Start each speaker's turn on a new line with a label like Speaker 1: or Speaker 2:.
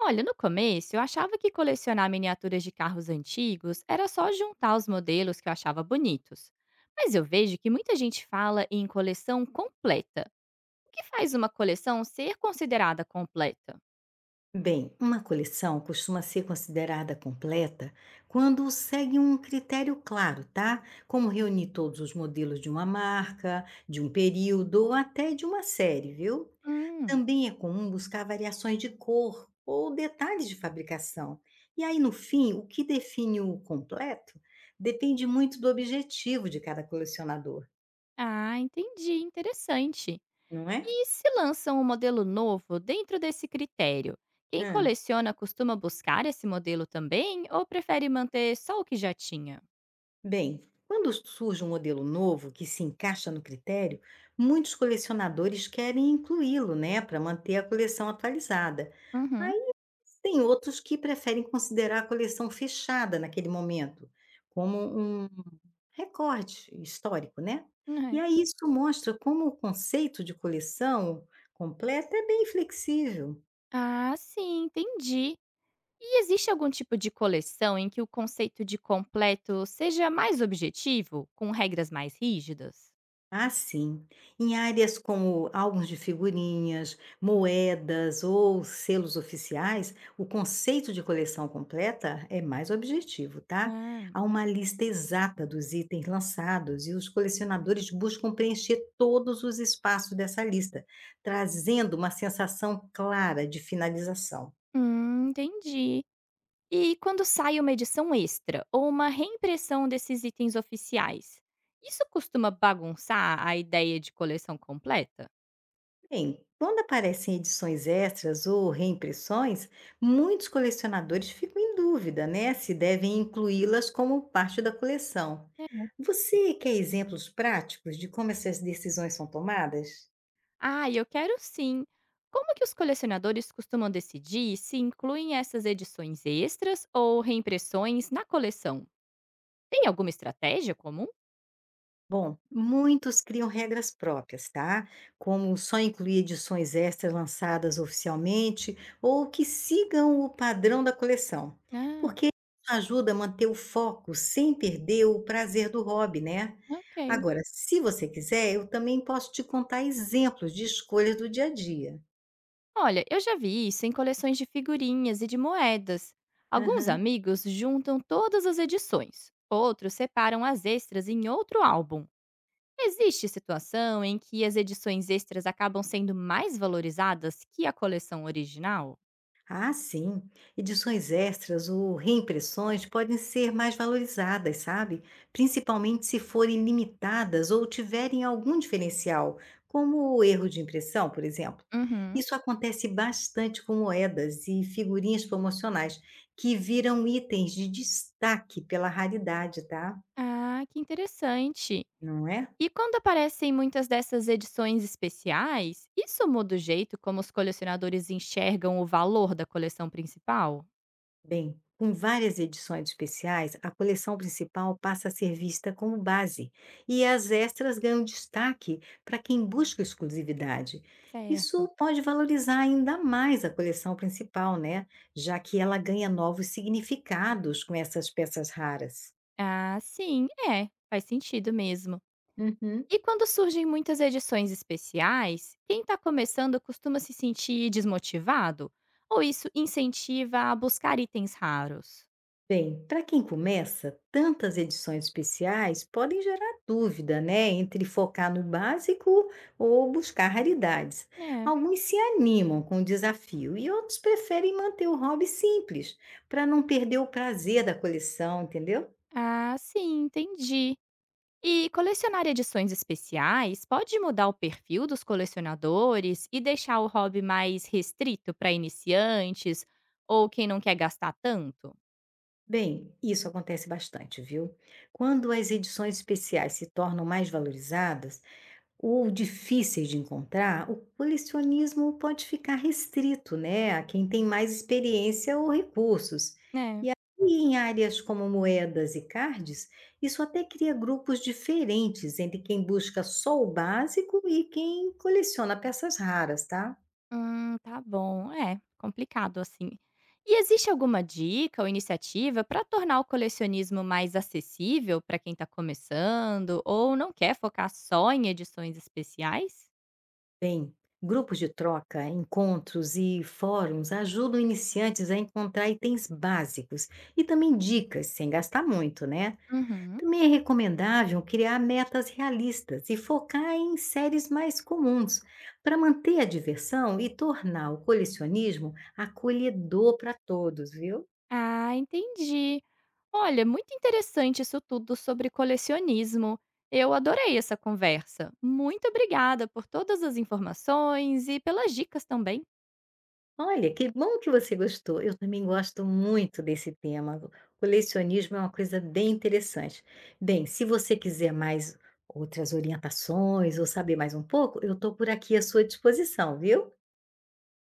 Speaker 1: Olha, no começo eu achava que colecionar miniaturas de carros antigos era só juntar os modelos que eu achava bonitos. Mas eu vejo que muita gente fala em coleção completa. O que faz uma coleção ser considerada completa?
Speaker 2: Bem, uma coleção costuma ser considerada completa quando segue um critério claro, tá? Como reunir todos os modelos de uma marca, de um período ou até de uma série, viu?
Speaker 1: Hum.
Speaker 2: Também é comum buscar variações de cor ou detalhes de fabricação. E aí, no fim, o que define o completo depende muito do objetivo de cada colecionador,
Speaker 1: Ah, entendi, interessante.
Speaker 2: não é?
Speaker 1: E se lançam um modelo novo dentro desse critério? Quem
Speaker 2: Hã?
Speaker 1: coleciona costuma buscar esse modelo também ou prefere manter só o que já tinha?
Speaker 2: Bem, quando surge um modelo novo que se encaixa no critério, muitos colecionadores querem incluí-lo, né, para manter a coleção atualizada.
Speaker 1: Uhum.
Speaker 2: Aí tem outros que preferem considerar a coleção fechada naquele momento, como um recorde histórico, né? E
Speaker 1: É.
Speaker 2: aí isso mostra como o conceito de coleção completa é bem flexível.
Speaker 1: Ah, sim, entendi. E existe algum tipo de coleção em que o conceito de completo seja mais objetivo, com regras mais rígidas?
Speaker 2: Ah, sim. Em áreas como álbuns de figurinhas, moedas ou selos oficiais, o conceito de coleção completa é mais objetivo, tá?
Speaker 1: Ah,
Speaker 2: Há uma lista exata dos itens lançados e os colecionadores buscam preencher todos os espaços dessa lista, trazendo uma sensação clara de finalização.
Speaker 1: entendi. E quando sai uma edição extra ou uma reimpressão desses itens oficiais, isso costuma bagunçar a ideia de coleção completa?
Speaker 2: Bem, quando aparecem edições extras ou reimpressões, muitos colecionadores ficam em dúvida, né, se devem incluí-las como parte da coleção.
Speaker 1: É.
Speaker 2: Você quer exemplos práticos de como essas decisões são tomadas?
Speaker 1: Ah, eu quero sim. Como que os colecionadores costumam decidir se incluem essas edições extras ou reimpressões na coleção? Tem alguma estratégia comum?
Speaker 2: Bom, muitos criam regras próprias, tá? Como só incluir edições extras lançadas oficialmente ou que sigam o padrão da coleção,
Speaker 1: Ah.
Speaker 2: porque isso ajuda a manter o foco sem perder o prazer do hobby, né?
Speaker 1: Ok.
Speaker 2: Agora, se você quiser, eu também posso te contar exemplos de escolhas do dia a dia.
Speaker 1: Olha, eu já vi isso em coleções de figurinhas e de moedas. Alguns
Speaker 2: Aham.
Speaker 1: amigos juntam todas as edições, outros separam as extras em outro álbum. Existe situação em que as edições extras acabam sendo mais valorizadas que a coleção original?
Speaker 2: Ah, sim. Edições extras ou reimpressões podem ser mais valorizadas, sabe? Principalmente se forem limitadas ou tiverem algum diferencial, como o erro de impressão, por exemplo.
Speaker 1: Uhum.
Speaker 2: Isso acontece bastante com moedas e figurinhas promocionais, que viram itens de destaque pela raridade, tá?
Speaker 1: Ah, que interessante.
Speaker 2: Não é?
Speaker 1: E quando aparecem muitas dessas edições especiais, isso muda o jeito como os colecionadores enxergam o valor da coleção principal?
Speaker 2: Bem, com várias edições especiais, a coleção principal passa a ser vista como base e as extras ganham destaque para quem busca exclusividade. Isso
Speaker 1: Certo.
Speaker 2: pode valorizar ainda mais a coleção principal, né? Já que ela ganha novos significados com essas peças raras.
Speaker 1: Ah, sim, é, faz sentido mesmo.
Speaker 2: Uhum.
Speaker 1: E quando surgem muitas edições especiais, quem está começando costuma se sentir desmotivado? Ou isso incentiva a buscar itens raros?
Speaker 2: Bem, para quem começa, tantas edições especiais podem gerar dúvida, né, entre focar no básico ou buscar raridades.
Speaker 1: É.
Speaker 2: Alguns se animam com o desafio e outros preferem manter o hobby simples, para não perder o prazer da coleção, entendeu?
Speaker 1: Ah, sim, entendi. E colecionar edições especiais pode mudar o perfil dos colecionadores e deixar o hobby mais restrito para iniciantes ou quem não quer gastar tanto?
Speaker 2: Bem, isso acontece bastante, viu? Quando as edições especiais se tornam mais valorizadas, ou difíceis de encontrar, o colecionismo pode ficar restrito, né, a quem tem mais experiência ou recursos.
Speaker 1: É.
Speaker 2: E em áreas como moedas e cards, isso até cria grupos diferentes entre quem busca só o básico e quem coleciona peças raras, tá?
Speaker 1: Tá bom. É, complicado assim. E existe alguma dica ou iniciativa para tornar o colecionismo mais acessível para quem está começando ou não quer focar só em edições especiais?
Speaker 2: Bem, grupos de troca, encontros e fóruns ajudam iniciantes a encontrar itens básicos e também dicas sem gastar muito, né?
Speaker 1: Uhum.
Speaker 2: Também é recomendável criar metas realistas e focar em séries mais comuns, para manter a diversão e tornar o colecionismo acolhedor para todos, viu?
Speaker 1: Ah, entendi. Olha, muito interessante isso tudo sobre colecionismo. Eu adorei essa conversa. Muito obrigada por todas as informações e pelas dicas também.
Speaker 2: Olha, que bom que você gostou. Eu também gosto muito desse tema. O colecionismo é uma coisa bem interessante. Bem, se você quiser mais outras orientações ou saber mais um pouco, eu estou por aqui à sua disposição, viu?